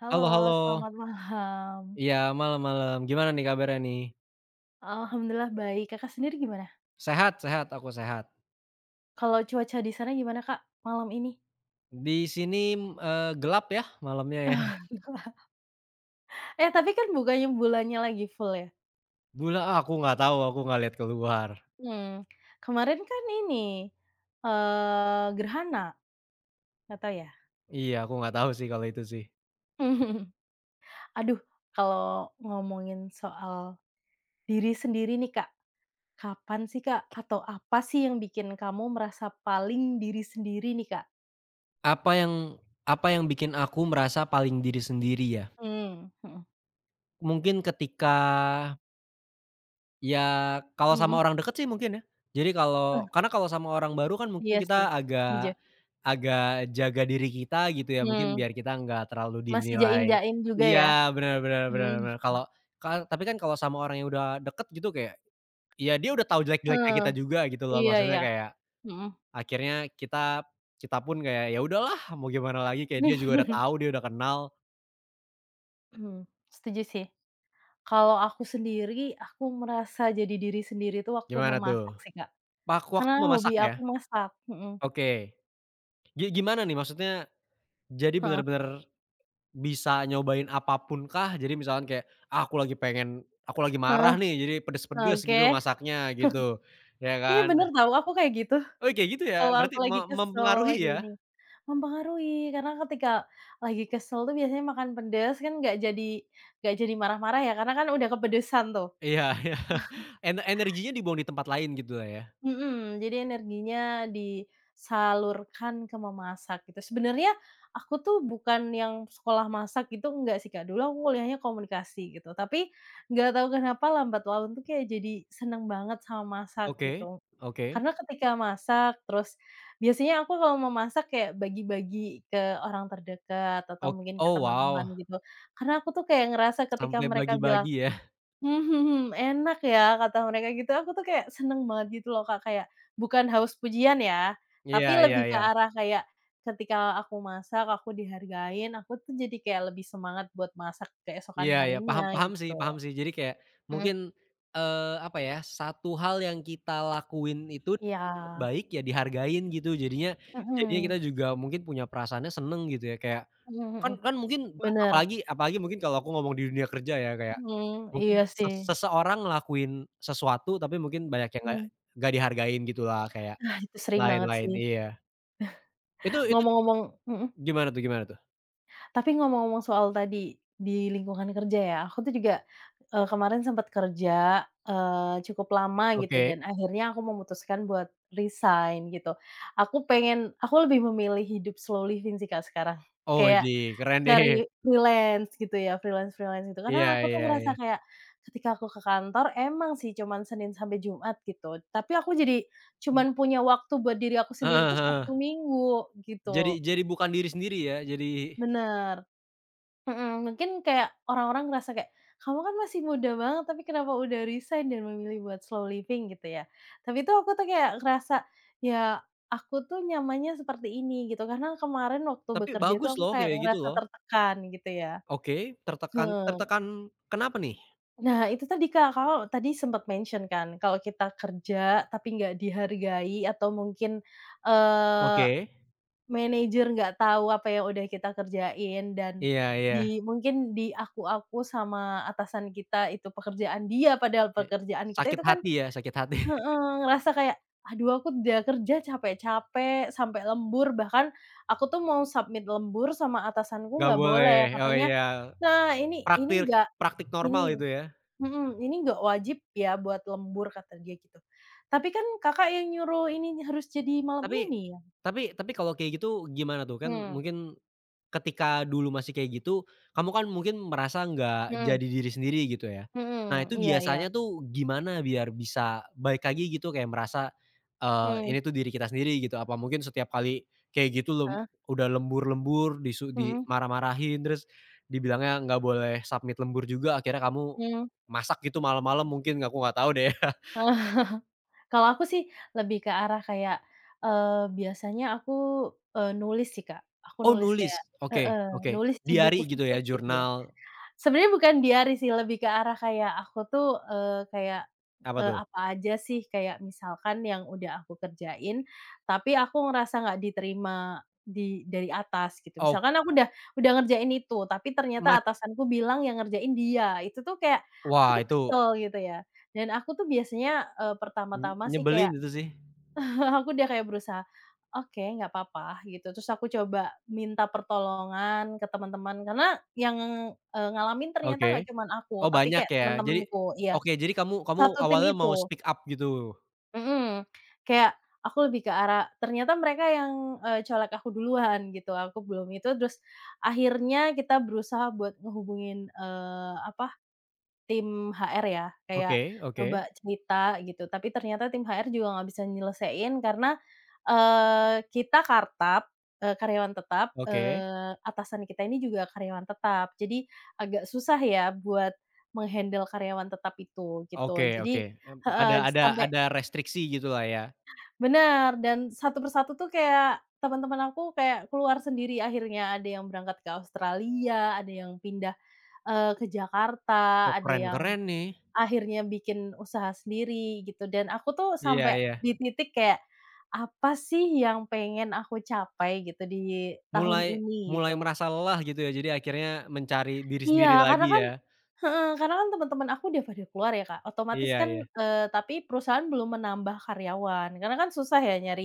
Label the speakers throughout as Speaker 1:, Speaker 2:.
Speaker 1: Halo,
Speaker 2: Halo halo,
Speaker 1: selamat malam.
Speaker 2: iya malam-malam. Gimana nih kabarnya nih?
Speaker 1: Alhamdulillah baik, Kakak sendiri gimana?
Speaker 2: Sehat sehat, aku sehat.
Speaker 1: Kalau cuaca di sana gimana, Kak, malam ini?
Speaker 2: Di sini, gelap ya malamnya ya.
Speaker 1: Eh, tapi kan bukannya bulannya lagi full ya?
Speaker 2: Aku nggak tahu, aku nggak lihat keluar.
Speaker 1: Mmm, kemarin kan ini, gerhana, nggak tahu ya?
Speaker 2: Iya, aku nggak tahu sih kalau itu sih.
Speaker 1: Aduh, kalau ngomongin soal diri sendiri nih, Kak, kapan sih, Kak, atau apa sih yang bikin kamu merasa paling diri sendiri nih, Kak?
Speaker 2: Apa yang apa yang bikin aku merasa paling diri sendiri ya?
Speaker 1: Mmm, mhm
Speaker 2: Mungkin ketika ya, kalau sama
Speaker 1: mhm.
Speaker 2: orang deket sih mungkin ya. Jadi
Speaker 1: Eh,
Speaker 2: kalau karena kalau sama orang baru kan mungkin
Speaker 1: iya sih,
Speaker 2: kita
Speaker 1: setuju.
Speaker 2: agak agak jaga diri kita gitu ya, mungkin
Speaker 1: Mmm.
Speaker 2: biar kita nggak terlalu
Speaker 1: Masih
Speaker 2: dinilai
Speaker 1: jaim-jaim juga ya?
Speaker 2: iya, benar-benar
Speaker 1: Mhm.
Speaker 2: benar-benar. Kalau tapi kan kalau sama orang yang udah deket gitu kayak, ya dia udah tahu jelek-jeleknya
Speaker 1: Heeh,
Speaker 2: kita juga gitu loh,
Speaker 1: iya
Speaker 2: maksudnya
Speaker 1: iya,
Speaker 2: kayak
Speaker 1: mhm.
Speaker 2: akhirnya kita kita pun kayak, ya udahlah mau gimana lagi, kayak dia juga udah
Speaker 1: Mhm,
Speaker 2: tahu, dia udah kenal.
Speaker 1: setuju sih. Kalau aku sendiri, aku merasa jadi diri sendiri itu waktu
Speaker 2: Gimana tuh?
Speaker 1: memasak sih, Kak. Karena
Speaker 2: Waktu
Speaker 1: hobi
Speaker 2: memasak ya?
Speaker 1: aku masak, mhm,
Speaker 2: Oke. Gimana nih maksudnya, jadi
Speaker 1: heeh,
Speaker 2: benar-benar. Bisa nyobain apapun kah? Jadi misalkan kayak, ah, aku lagi
Speaker 1: heeh,
Speaker 2: marah nih, jadi pedes-pedes
Speaker 1: oke.
Speaker 2: gitu masaknya gitu, ya
Speaker 1: Iya
Speaker 2: kan?
Speaker 1: bener tahu, aku kayak gitu
Speaker 2: Oh, kayak gitu ya?
Speaker 1: kalau
Speaker 2: Berarti
Speaker 1: aku lagi kesel,
Speaker 2: mempengaruhi
Speaker 1: lagi
Speaker 2: ya?
Speaker 1: ini. Mempengaruhi, karena ketika lagi kesel tuh biasanya makan pedes kan nggak jadi marah-marah ya, karena kan udah kepedesan tuh.
Speaker 2: Iya iya. Energinya dibuang di tempat lain gitulah ya?
Speaker 1: Mhm, jadi energinya disalurkan ke memasak gitu. Sebenarnya aku tuh bukan yang sekolah masak gitu, enggak sih, Kak. Dulu aku kuliahnya komunikasi gitu, tapi nggak tahu kenapa lambat laun tuh kayak jadi seneng banget sama masak
Speaker 2: Oke
Speaker 1: gitu.
Speaker 2: oke.
Speaker 1: Karena ketika masak terus biasanya aku kalau memasak kayak bagi-bagi ke orang terdekat atau
Speaker 2: Ok
Speaker 1: mungkin ke
Speaker 2: oh,
Speaker 1: teman-teman
Speaker 2: wow,
Speaker 1: gitu. Karena aku tuh kayak ngerasa ketika
Speaker 2: sampai
Speaker 1: mereka bilang
Speaker 2: bagi-bagi ya?
Speaker 1: mhm mhm, enak ya kata mereka gitu, aku tuh kayak seneng banget gitu loh Kak, kayak bukan haus pujian ya,
Speaker 2: Iya
Speaker 1: tapi
Speaker 2: iya
Speaker 1: lebih ke
Speaker 2: iya.
Speaker 1: arah kayak ketika aku masak, aku dihargain, aku tuh jadi kayak lebih semangat buat masak keesokan
Speaker 2: Iya ya paham
Speaker 1: harinya
Speaker 2: paham sih paham
Speaker 1: gitu.
Speaker 2: sih. Jadi kayak
Speaker 1: Mhm,
Speaker 2: mungkin, apa ya, satu hal yang kita lakuin itu
Speaker 1: iya,
Speaker 2: baik ya dihargain gitu. Jadinya jadinya kita
Speaker 1: mhm,
Speaker 2: juga mungkin punya perasaannya seneng gitu ya, kayak
Speaker 1: mhm
Speaker 2: kan
Speaker 1: mhm,
Speaker 2: kan mungkin
Speaker 1: bener,
Speaker 2: apalagi apalagi mungkin kalau aku ngomong di dunia kerja ya, kayak
Speaker 1: mhm,
Speaker 2: mungkin
Speaker 1: iya sih,
Speaker 2: seseorang ngelakuin sesuatu tapi mungkin banyak yang nggak
Speaker 1: mhm,
Speaker 2: dihargain gitulah, kayak
Speaker 1: ah, itu sering banget
Speaker 2: lain-lain
Speaker 1: sih.
Speaker 2: iya. Itu
Speaker 1: Ngomong-ngomong mhm?
Speaker 2: gimana tuh?
Speaker 1: Tapi ngomong-ngomong soal tadi, di lingkungan kerja ya, aku tuh juga, kemarin sempat kerja, cukup lama gitu
Speaker 2: Oke.
Speaker 1: dan akhirnya aku memutuskan buat resign gitu. Aku lebih memilih hidup slow living sih, Kak, sekarang.
Speaker 2: Oh,
Speaker 1: Kayak
Speaker 2: widih, keren nih.
Speaker 1: cari freelance gitu ya, freelance-freelance gitu.
Speaker 2: Iya
Speaker 1: Karena aku tuh
Speaker 2: iya
Speaker 1: ngerasa
Speaker 2: iya.
Speaker 1: kayak ketika aku ke kantor emang sih cuman Senin sampai Jumat gitu, tapi aku jadi cuman punya waktu buat diri aku sendiri
Speaker 2: Heeh
Speaker 1: tuh Sabtu
Speaker 2: heeh.
Speaker 1: Minggu gitu.
Speaker 2: Jadi bukan diri sendiri ya, jadi
Speaker 1: Bener. Mhm, mungkin kayak orang-orang ngerasa kayak, "Kamu kan masih muda banget, tapi kenapa udah resign dan memilih buat slow living?" Gitu ya. Tapi itu aku tuh kayak ngerasa, ya aku tuh nyamannya seperti ini gitu, karena kemarin waktu
Speaker 2: tapi
Speaker 1: bekerja tuh
Speaker 2: bagus
Speaker 1: aku
Speaker 2: loh
Speaker 1: kayak
Speaker 2: kayak gitu
Speaker 1: ngerasa
Speaker 2: loh.
Speaker 1: tertekan gitu ya.
Speaker 2: Oke, tertekan
Speaker 1: Heeh.
Speaker 2: tertekan kenapa nih?
Speaker 1: Nah itu tadi Kak, Kakak tadi sempat mention kan, kalau kita kerja tapi nggak dihargai atau mungkin, eee
Speaker 2: Oke,
Speaker 1: Manajer nggak tahu apa yang udah kita kerjain dan
Speaker 2: iya iya,
Speaker 1: di mungkin di aku-aku sama atasan kita itu pekerjaan dia, padahal
Speaker 2: i
Speaker 1: pekerjaan kita
Speaker 2: sakit
Speaker 1: itu kan
Speaker 2: hati ya, sakit hati.
Speaker 1: heeh, ngerasa kayak, "Aduh aku udah kerja capek-capek sampai lembur," bahkan aku tuh mau submit lembur sama atasanku
Speaker 2: Nggak
Speaker 1: nggak
Speaker 2: boleh,
Speaker 1: boleh,
Speaker 2: oh
Speaker 1: katanya,
Speaker 2: iya,
Speaker 1: "Nah ini
Speaker 2: praktik
Speaker 1: nggak
Speaker 2: praktik normal
Speaker 1: ini"
Speaker 2: itu ya.
Speaker 1: mhm, "ini nggak wajib ya buat lembur," kata dia gitu. "Tapi kan Kakak yang nyuruh ini harus jadi malam
Speaker 2: Tapi
Speaker 1: ini ya?"
Speaker 2: tapi kalau kayak gitu gimana tuh? Kan
Speaker 1: Mmm,
Speaker 2: mungkin ketika dulu masih kayak gitu, kamu kan mungkin merasa nggak
Speaker 1: mhm.
Speaker 2: jadi diri sendiri gitu ya. Nah
Speaker 1: Mhm,
Speaker 2: itu
Speaker 1: iya iya.
Speaker 2: biasanya tuh gimana biar bisa balik lagi gitu kayak merasa,
Speaker 1: Mmm,
Speaker 2: ini tuh diri kita sendiri gitu? Apa mungkin setiap kali kayak gitu
Speaker 1: heeh,
Speaker 2: udah lembur-lembur
Speaker 1: mhm,
Speaker 2: dimarah-marahin terus dibilangnya nggak boleh submit lembur juga akhirnya kamu
Speaker 1: mmm.
Speaker 2: masak gitu malam-malam mungkin aku nggak tahu deh ya.
Speaker 1: Kalau aku sih lebih ke arah kayak, biasanya aku, nulis sih, Kak. Aku
Speaker 2: Oh
Speaker 1: nulis
Speaker 2: nulis,
Speaker 1: kayak
Speaker 2: oke
Speaker 1: heeh,
Speaker 2: oke.
Speaker 1: nulis di buku
Speaker 2: Diari gitu ya,
Speaker 1: fisik gitu ya.
Speaker 2: jurnal,
Speaker 1: Sebenarnya bukan diari sih, lebih ke arah kayak aku tuh, kayak,
Speaker 2: apa tuh?
Speaker 1: apa aja sih, kayak misalkan yang udah aku kerjain, tapi aku ngerasa nggak diterima di dari atas gitu.
Speaker 2: Oh,
Speaker 1: Misalkan aku udah ngerjain itu, tapi ternyata
Speaker 2: mat
Speaker 1: atasanku bilang yang ngerjain dia, itu tuh kayak aku
Speaker 2: wah
Speaker 1: tuh
Speaker 2: itu
Speaker 1: kesel gitu ya. Dan aku tuh biasanya, pertama-tama sih
Speaker 2: nyebelin
Speaker 1: kayak
Speaker 2: itu sih.
Speaker 1: aku udah kayak berusaha, "Oke, nggak apa-apa," gitu. Terus aku coba minta pertolongan ke teman-teman, karena yang, ngalamin ternyata nggak
Speaker 2: Oke.
Speaker 1: cuman aku,
Speaker 2: Oh
Speaker 1: tapi
Speaker 2: banyak
Speaker 1: kayak
Speaker 2: ya? Jadi
Speaker 1: teman-temanku iya,
Speaker 2: oke, jadi kamu kamu
Speaker 1: satu tim
Speaker 2: awalnya mau
Speaker 1: itu.
Speaker 2: speak up gitu?
Speaker 1: Mhm, kayak aku lebih ke arah ternyata mereka yang, colek aku duluan gitu, aku belum itu, terus akhirnya kita berusaha buat ngehubungin, apa Tim HR ya, kayak
Speaker 2: Oke oke
Speaker 1: coba cerita gitu, tapi ternyata tim HR juga nggak bisa nyelesain karena, kita kartap, karyawan tetap,
Speaker 2: oke
Speaker 1: atasan kita ini juga karyawan tetap. Jadi agak susah ya buat meng-handle karyawan tetap itu, gitu.
Speaker 2: oke oke,
Speaker 1: Jadi
Speaker 2: mmm,
Speaker 1: heeh,
Speaker 2: ada ada
Speaker 1: sampai
Speaker 2: ada restriksi gitulah ya?
Speaker 1: bener, dan satu persatu tuh kayak teman-teman aku kayak keluar sendiri akhirnya, ada yang berangkat ke Australia, ada yang pindah, ke
Speaker 2: Oh
Speaker 1: Jakarta, ada
Speaker 2: keren
Speaker 1: yang
Speaker 2: keren nih.
Speaker 1: akhirnya bikin usaha sendiri gitu dan aku tuh
Speaker 2: Iya
Speaker 1: sampai
Speaker 2: iya.
Speaker 1: di titik kayak, apa sih yang pengen aku capai gitu di tahun
Speaker 2: Mulai
Speaker 1: ini
Speaker 2: mulai
Speaker 1: gitu.
Speaker 2: merasa lelah gitu ya, jadi akhirnya mencari diri
Speaker 1: Iya
Speaker 2: sendiri
Speaker 1: karena
Speaker 2: lagi
Speaker 1: kan
Speaker 2: ya?
Speaker 1: heeh, karena kan teman-teman aku udah pada keluar ya Kak, otomatis
Speaker 2: Iya
Speaker 1: kan,
Speaker 2: iya
Speaker 1: tapi perusahaan belum menambah karyawan karena kan susah ya nyari,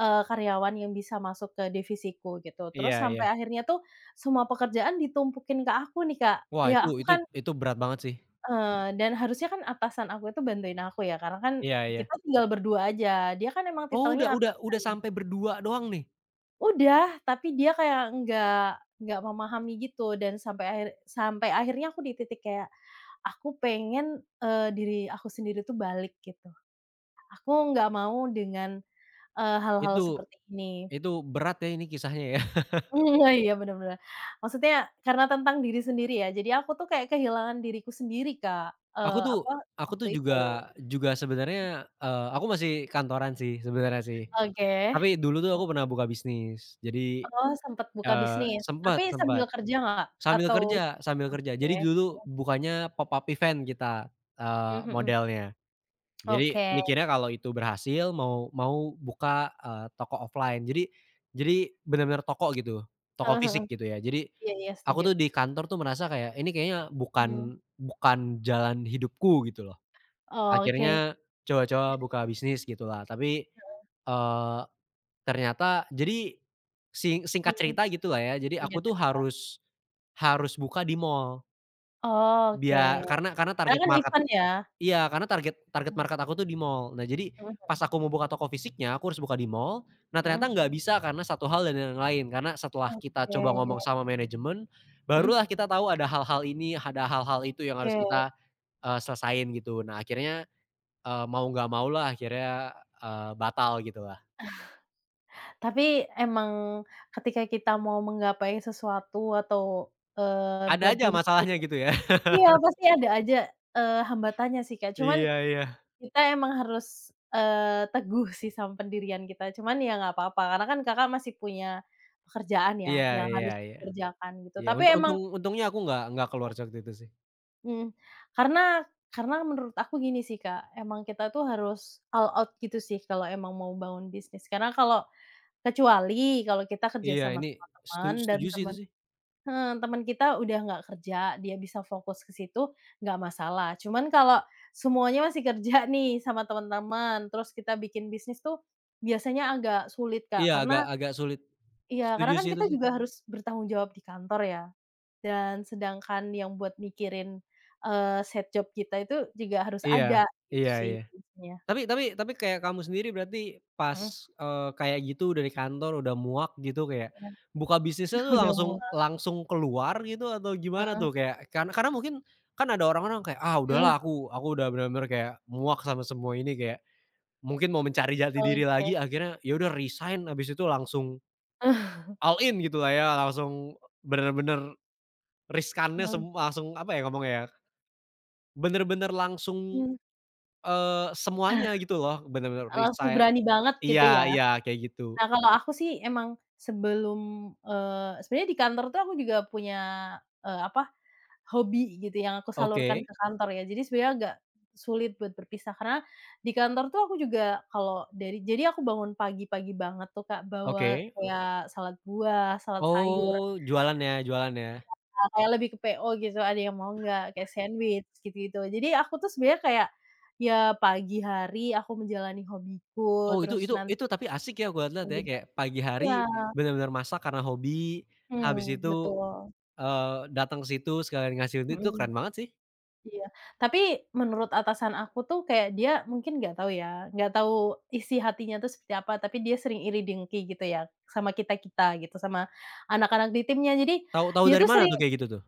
Speaker 1: karyawan yang bisa masuk ke divisiku gitu terus
Speaker 2: iya iya.
Speaker 1: sampai akhirnya tuh, semua pekerjaan ditumpukin ke aku nih Kak,
Speaker 2: Wah
Speaker 1: ya
Speaker 2: itu
Speaker 1: aku
Speaker 2: itu
Speaker 1: kan
Speaker 2: itu berat banget sih.
Speaker 1: Dan harusnya kan atasan aku itu bantuin aku ya, karena kan
Speaker 2: Iya iya.
Speaker 1: kita tinggal berdua aja, dia kan emang
Speaker 2: Oh
Speaker 1: titelnya
Speaker 2: udah udah
Speaker 1: atasan
Speaker 2: udah
Speaker 1: nih.
Speaker 2: sampai berdua doang nih?
Speaker 1: Udah, tapi dia kayak nggak memahami gitu dan sampai akhirnya aku di titik kayak, aku pengen, diri aku sendiri tuh balik gitu. Aku nggak mau dengan, hal-hal
Speaker 2: Itu
Speaker 1: seperti ini.
Speaker 2: itu berat ya ini kisahnya ya?
Speaker 1: Mmm, ah, iya bener bener. Maksudnya karena tentang diri sendiri ya, jadi aku tuh kayak kehilangan diriku sendiri Kak,
Speaker 2: Aku tuh
Speaker 1: apa,
Speaker 2: aku
Speaker 1: waktu
Speaker 2: tuh
Speaker 1: itu.
Speaker 2: juga juga sebenarnya, aku masih kantoran sih sebenarnya sih.
Speaker 1: Oke.
Speaker 2: Tapi dulu tuh aku pernah buka bisnis. Jadi,
Speaker 1: Oh, sempet buka
Speaker 2: eee,
Speaker 1: bisnis,
Speaker 2: sempet
Speaker 1: tapi
Speaker 2: sempet,
Speaker 1: sambil kerja nggak?
Speaker 2: sambil
Speaker 1: Atau
Speaker 2: kerja sambil kerja. Jadi
Speaker 1: oke,
Speaker 2: dulu bukanya pop-up event kita,
Speaker 1: mmm, mhm,
Speaker 2: modelnya. Jadi
Speaker 1: oke,
Speaker 2: mikirnya kalau itu berhasil mau mau buka, toko offline. Jadi bener-bener toko gitu, toko
Speaker 1: heeh heeh,
Speaker 2: fisik gitu ya. Jadi
Speaker 1: iya iya
Speaker 2: aku
Speaker 1: setuju,
Speaker 2: tuh di kantor tuh merasa kayak, ini kayaknya
Speaker 1: mmm,
Speaker 2: bukan bukan jalan hidupku gitu loh.
Speaker 1: oke,
Speaker 2: Akhirnya coba-coba buka bisnis gitulah, tapi, eee, ternyata jadi singkat
Speaker 1: mhm,
Speaker 2: cerita gitulah ya, jadi
Speaker 1: iya
Speaker 2: aku tuh
Speaker 1: cerita,
Speaker 2: harus harus buka di mall,
Speaker 1: oke,
Speaker 2: biar karena
Speaker 1: karena
Speaker 2: target
Speaker 1: kan
Speaker 2: market
Speaker 1: event ya?
Speaker 2: iya, karena target target
Speaker 1: Mmm,
Speaker 2: market aku tuh di mall. Nah, jadi
Speaker 1: mhm
Speaker 2: pas aku mau buka toko fisiknya, aku harus buka di mall. Nah,
Speaker 1: mhm,
Speaker 2: ternyata nggak bisa karena satu hal dan yang lain, karena setelah kita
Speaker 1: oke,
Speaker 2: coba ngomong sama manajemen,
Speaker 1: mhm,
Speaker 2: barulah kita tahu ada hal-hal ini, ada hal-hal itu yang harus
Speaker 1: oke,
Speaker 2: kita, selesain gitu. Nah, akhirnya mau nggak mau lah akhirnya, batal gitu lah
Speaker 1: tapi emang ketika kita mau menggapai sesuatu atau,
Speaker 2: ada
Speaker 1: buat
Speaker 2: aja
Speaker 1: diri sendiri
Speaker 2: masalahnya
Speaker 1: ya
Speaker 2: gitu ya.
Speaker 1: iya pasti ada aja, hambatannya sih Kak, cuman
Speaker 2: Iya iya.
Speaker 1: kita emang harus, teguh sih sama pendirian kita, cuman ya nggak apa-apa karena kan Kakak masih punya pekerjaan
Speaker 2: Iya
Speaker 1: ya yang
Speaker 2: iya
Speaker 1: harus
Speaker 2: iya.
Speaker 1: dikerjakan gitu.
Speaker 2: Iya
Speaker 1: Tapi
Speaker 2: untu
Speaker 1: emang
Speaker 2: untung untungnya aku nggak keluar waktu itu sih.
Speaker 1: mhm, karena karena menurut aku gini sih Kak, emang kita tuh harus all out gitu sih kalau emang mau bangun bisnis. Karena kalau kecuali kalau kita kerja
Speaker 2: Iya
Speaker 1: sama
Speaker 2: ini
Speaker 1: sama teman dan
Speaker 2: setuju sih itu
Speaker 1: teman
Speaker 2: sih.
Speaker 1: heeh, temen kita udah nggak kerja, dia bisa fokus ke situ, nggak masalah. Cuman kalau semuanya masih kerja nih sama teman-teman, terus kita bikin bisnis tuh biasanya agak sulit,
Speaker 2: Iya
Speaker 1: Kak. Karena
Speaker 2: agak agak sulit.
Speaker 1: iya,
Speaker 2: Setuju
Speaker 1: karena kan
Speaker 2: sih itu
Speaker 1: kita
Speaker 2: sih.
Speaker 1: juga harus bertanggung jawab di kantor ya. Dan sedangkan yang buat mikirin, side job kita itu juga harus ada
Speaker 2: Iya.
Speaker 1: gitu
Speaker 2: Iya
Speaker 1: sih
Speaker 2: iya.
Speaker 1: biasanya.
Speaker 2: Tapi kayak kamu sendiri berarti
Speaker 1: Mhm,
Speaker 2: pas, kayak gitu dari kantor udah muak gitu kayak,
Speaker 1: iya,
Speaker 2: buka bisnisnya tuh
Speaker 1: udah
Speaker 2: langsung
Speaker 1: mulai
Speaker 2: langsung keluar gitu atau gimana
Speaker 1: heeh,
Speaker 2: tuh? Kayak karena mungkin kan ada orang-orang kayak, "Ah
Speaker 1: mhm,
Speaker 2: udahlah aku udah bener-bener kayak muak sama semua ini," kayak mungkin mau mencari jati diri
Speaker 1: oke.
Speaker 2: lagi akhirnya ya udah resign habis itu langsung all in gitulah ya, langsung bener-bener riskannya
Speaker 1: Mhm,
Speaker 2: langsung apa ya ngomongnya ya, bener-bener langsung,
Speaker 1: mmm,
Speaker 2: semuanya gitu loh bener-bener
Speaker 1: langsung
Speaker 2: resign
Speaker 1: berani banget gitu ya?
Speaker 2: iya iya, kayak gitu.
Speaker 1: Nah, kalau aku sih emang sebelum, sebenarnya di kantor tuh aku juga punya, apa, hobi gitu yang aku salurkan
Speaker 2: Oke
Speaker 1: ke kantor ya. Jadi sebenarnya agak sulit buat berpisah karena di kantor tuh aku juga kalau dari jadi aku bangun pagi-pagi banget tuh, Kak, bawa
Speaker 2: oke.
Speaker 1: kayak salad buah, salad sayur,
Speaker 2: Oh, jualan ya jualan ya.
Speaker 1: ah, kayak lebih ke PO gitu, "Ada yang mau nggak?" Kayak sandwich gitu-gitu. Jadi aku tuh sebenarnya kayak, ya pagi hari aku menjalani hobiku,
Speaker 2: Oh,
Speaker 1: terus nanti
Speaker 2: itu tapi asik ya
Speaker 1: aku
Speaker 2: aku lihat ya,
Speaker 1: kerja
Speaker 2: kayak pagi hari
Speaker 1: iya,
Speaker 2: bener-bener masak karena hobi, habis
Speaker 1: mhm,
Speaker 2: itu,
Speaker 1: betul.
Speaker 2: datang ke situ sekalian ngasih duit itu
Speaker 1: Mhm,
Speaker 2: keren banget sih.
Speaker 1: iya. Tapi menurut atasan aku tuh kayak dia mungkin nggak tahu ya, nggak tahu isi hatinya tuh seperti apa, tapi dia sering iri dengki gitu ya sama kita-kita gitu, sama anak-anak di timnya. Jadi
Speaker 2: Tahu tahu
Speaker 1: dia
Speaker 2: dari
Speaker 1: tuh
Speaker 2: mana
Speaker 1: sering
Speaker 2: tuh kayak gitu tuh?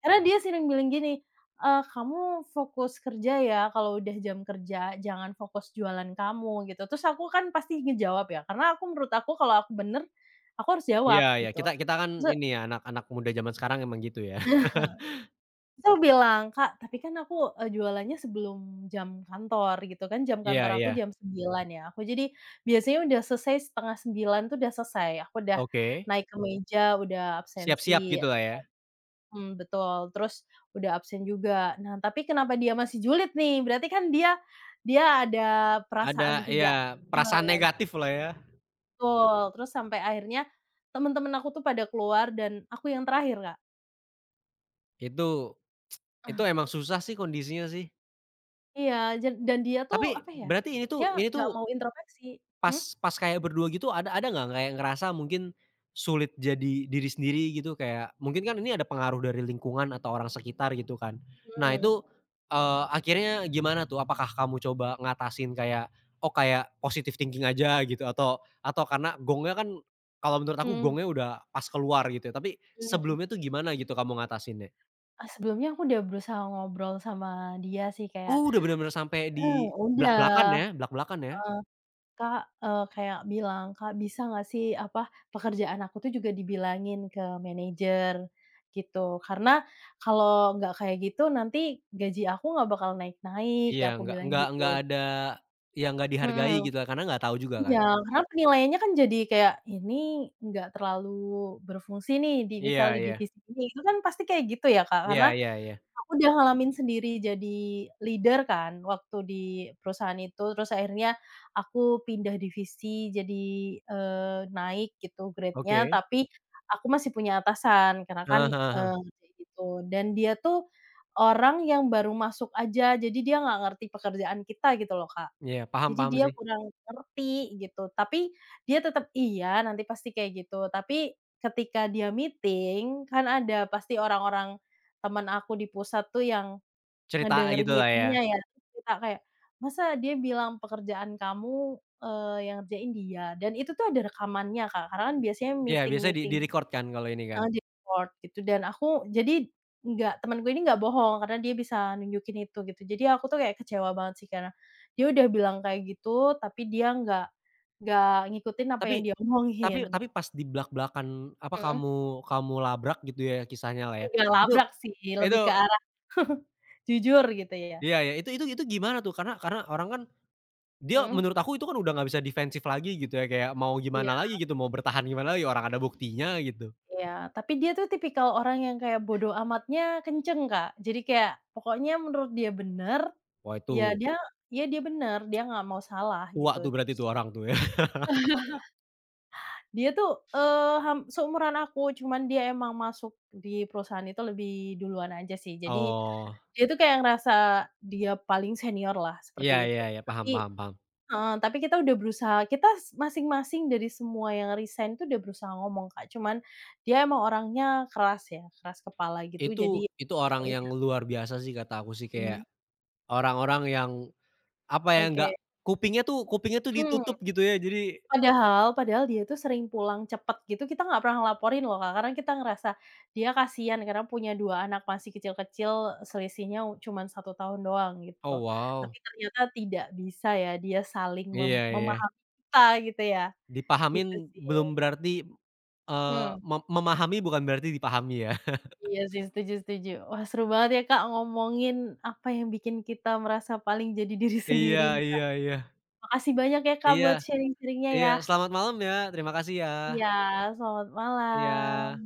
Speaker 1: karena dia sering bilang gini, "Kamu fokus kerja ya, kalau udah jam kerja jangan fokus jualan kamu," gitu. Terus aku kan pasti ngejawab ya, karena aku menurut aku kalau aku bener, aku harus
Speaker 2: Iya
Speaker 1: jawab
Speaker 2: iya,
Speaker 1: gitu.
Speaker 2: kita kita kan
Speaker 1: Se
Speaker 2: ini ya anak-anak muda zaman sekarang emang gitu ya.
Speaker 1: Terus aku bilang, "Kak, tapi kan aku, jualannya sebelum jam kantor," gitu kan, jam kantor
Speaker 2: Iya
Speaker 1: aku
Speaker 2: iya,
Speaker 1: jam 9 ya, aku jadi biasanya udah selesai 08.30 tuh udah selesai, aku udah
Speaker 2: oke.
Speaker 1: naik ke meja, udah
Speaker 2: Siap-siap
Speaker 1: absensi
Speaker 2: gitulah ya.
Speaker 1: mhm, betul, terus udah absen juga. Nah, tapi kenapa dia masih julid nih, berarti kan dia dia ada perasaan
Speaker 2: Ada
Speaker 1: tidak
Speaker 2: iya,
Speaker 1: nah,
Speaker 2: perasaan negatif lah ya.
Speaker 1: betul, terus sampai akhirnya temen-temen aku tuh pada keluar dan aku yang terakhir, Kak.
Speaker 2: Itu itu emang susah sih kondisinya sih.
Speaker 1: Iya, dan dia tuh
Speaker 2: Tapi
Speaker 1: apa ya,
Speaker 2: berarti ini tuh
Speaker 1: dia
Speaker 2: ini
Speaker 1: nggak
Speaker 2: tuh
Speaker 1: mau introspeksi. Hmm?
Speaker 2: pas pas kayak berdua gitu ada nggak kayak ngerasa mungkin sulit jadi diri sendiri gitu kayak mungkin kan ini ada pengaruh dari lingkungan atau orang sekitar gitu kan. Nah
Speaker 1: Mhm,
Speaker 2: itu, akhirnya gimana tuh? Apakah kamu coba ngatasin kayak, oh kayak positive thinking aja gitu atau karena gongnya kan kalau menurut aku
Speaker 1: mhm.
Speaker 2: gongnya udah pas keluar gitu ya, tapi
Speaker 1: Mhm mhm.
Speaker 2: sebelumnya tuh gimana gitu kamu ngatasinnya?
Speaker 1: Ah, sebelumnya aku udah berusaha ngobrol sama dia sih kayak,
Speaker 2: Oh udah bener-bener sampai
Speaker 1: eee,
Speaker 2: di belak-belakan
Speaker 1: udah,
Speaker 2: ya belak-belakan ya?
Speaker 1: heeh, Kak, kayak bilang, "Kak, bisa nggak sih apa, pekerjaan aku tuh juga dibilangin ke manajer?" Gitu. "Karena kalau nggak kayak gitu nanti gaji aku nggak bakal naik-naik,"
Speaker 2: Iya,
Speaker 1: aku
Speaker 2: nggak
Speaker 1: bilang
Speaker 2: nggak
Speaker 1: gitu.
Speaker 2: nggak ada yang nggak dihargai
Speaker 1: Mhm.
Speaker 2: gitu lah, karena nggak tahu juga kan.
Speaker 1: Iya, karena penilaiannya kan jadi kayak, ini nggak terlalu berfungsi nih di misal
Speaker 2: Iya
Speaker 1: di
Speaker 2: iya.
Speaker 1: divisi ini, itu kan pasti kayak gitu ya, Kak, karena
Speaker 2: Iya iya iya.
Speaker 1: aku udah ngalamin sendiri jadi leader kan waktu di perusahaan itu, terus akhirnya aku pindah divisi jadi, naik gitu grade-nya,
Speaker 2: Oke.
Speaker 1: tapi aku masih punya atasan karena
Speaker 2: Heeh
Speaker 1: kan,
Speaker 2: heeh heeh.
Speaker 1: kayak gitu dan dia tuh orang yang baru masuk aja, jadi dia nggak ngerti pekerjaan kita gitu loh, Kak.
Speaker 2: Iya, paham
Speaker 1: Jadi
Speaker 2: paham
Speaker 1: dia
Speaker 2: sih.
Speaker 1: kurang ngerti gitu, tapi dia tetap, "Iya, nanti pasti kayak gitu." Tapi ketika dia meeting, kan ada pasti orang-orang teman aku di pusat tuh yang
Speaker 2: Cerita
Speaker 1: ngedengerin
Speaker 2: gitu lah ya.
Speaker 1: meeting-nya ya, terus cerita kayak, "Masa dia bilang pekerjaan kamu, yang ngerjain dia?" Dan itu tuh ada rekamannya, Kak, karena kan biasanya
Speaker 2: Iya, biasanya di
Speaker 1: meeting-meeting
Speaker 2: di-record kan kalau ini kan.
Speaker 1: heeh, di-record gitu dan aku jadi nggak temenku ini nggak bohong karena dia bisa nunjukin itu gitu. Jadi aku tuh kayak kecewa banget sih karena dia udah bilang kayak gitu, tapi dia nggak ngikutin apa
Speaker 2: Tapi
Speaker 1: yang dia
Speaker 2: tapi
Speaker 1: omongin.
Speaker 2: tapi pas di blak-blakan apa
Speaker 1: Mhm.
Speaker 2: kamu kamu labrak gitu ya kisahnya lah ya.
Speaker 1: Nggak
Speaker 2: Itu
Speaker 1: labrak sih,
Speaker 2: itu
Speaker 1: lebih ke arah jujur gitu ya.
Speaker 2: iya iya, itu gimana tuh? Karena orang kan dia
Speaker 1: Mhm.
Speaker 2: menurut aku itu kan udah nggak bisa defensif lagi gitu ya, kayak mau gimana
Speaker 1: Iya.
Speaker 2: lagi gitu, mau bertahan gimana lagi, orang ada buktinya gitu.
Speaker 1: Iya, tapi dia tuh tipikal orang yang kayak bodo amatnya kenceng, Kak. Jadi kayak pokoknya menurut dia bener,
Speaker 2: Wah
Speaker 1: ya
Speaker 2: itu
Speaker 1: dia ya dia bener, dia nggak mau salah
Speaker 2: tua
Speaker 1: gitu.
Speaker 2: tuh berarti
Speaker 1: Terus
Speaker 2: tuh orang tuh ya.
Speaker 1: dia tuh, eee, ham seumuran aku, cuman dia emang masuk di perusahaan itu lebih duluan aja sih. Jadi
Speaker 2: Oh,
Speaker 1: dia tuh kayak ngerasa dia paling senior lah,
Speaker 2: iya
Speaker 1: seperti itu.
Speaker 2: iya iya, paham
Speaker 1: Tapi
Speaker 2: paham paham.
Speaker 1: heeh, tapi kita udah berusaha kita s masing-masing dari semua yang resign tuh udah berusaha ngomong, Kak, cuman dia emang orangnya keras ya, keras kepala gitu
Speaker 2: Itu
Speaker 1: jadi
Speaker 2: itu
Speaker 1: ya
Speaker 2: orang yang
Speaker 1: udah
Speaker 2: luar biasa sih kata aku sih,
Speaker 1: mhm.
Speaker 2: kayak orang-orang yang, apa ya, nggak
Speaker 1: Oke,
Speaker 2: kupingnya tuh
Speaker 1: mmm,
Speaker 2: ditutup gitu ya, jadi
Speaker 1: padahal padahal dia tuh sering pulang cepet gitu kita nggak pernah ngelaporin loh, Kak, karena kita ngerasa dia kasihan karena punya 2 anak masih kecil-kecil selisihnya cuman 1 tahun doang gitu.
Speaker 2: oh wow,
Speaker 1: Tapi ternyata tidak bisa ya dia saling
Speaker 2: iya iya.
Speaker 1: memahami kita gitu ya, gitu
Speaker 2: Dipahamin
Speaker 1: sih.
Speaker 2: belum berarti, eee,
Speaker 1: Hmm.
Speaker 2: memahami bukan berarti dipahami ya.
Speaker 1: Iya sih, setuju setuju. Wah, seru banget ya, Kak, ngomongin apa yang bikin kita merasa paling jadi diri
Speaker 2: Iya
Speaker 1: sendiri nih, Kak.
Speaker 2: iya iya.
Speaker 1: Makasih banyak ya, Kak,
Speaker 2: Iya
Speaker 1: buat sharing sharingnya
Speaker 2: iya,
Speaker 1: ya.
Speaker 2: selamat malam ya, terima kasih ya.
Speaker 1: Iya, selamat
Speaker 2: Iya.
Speaker 1: malam.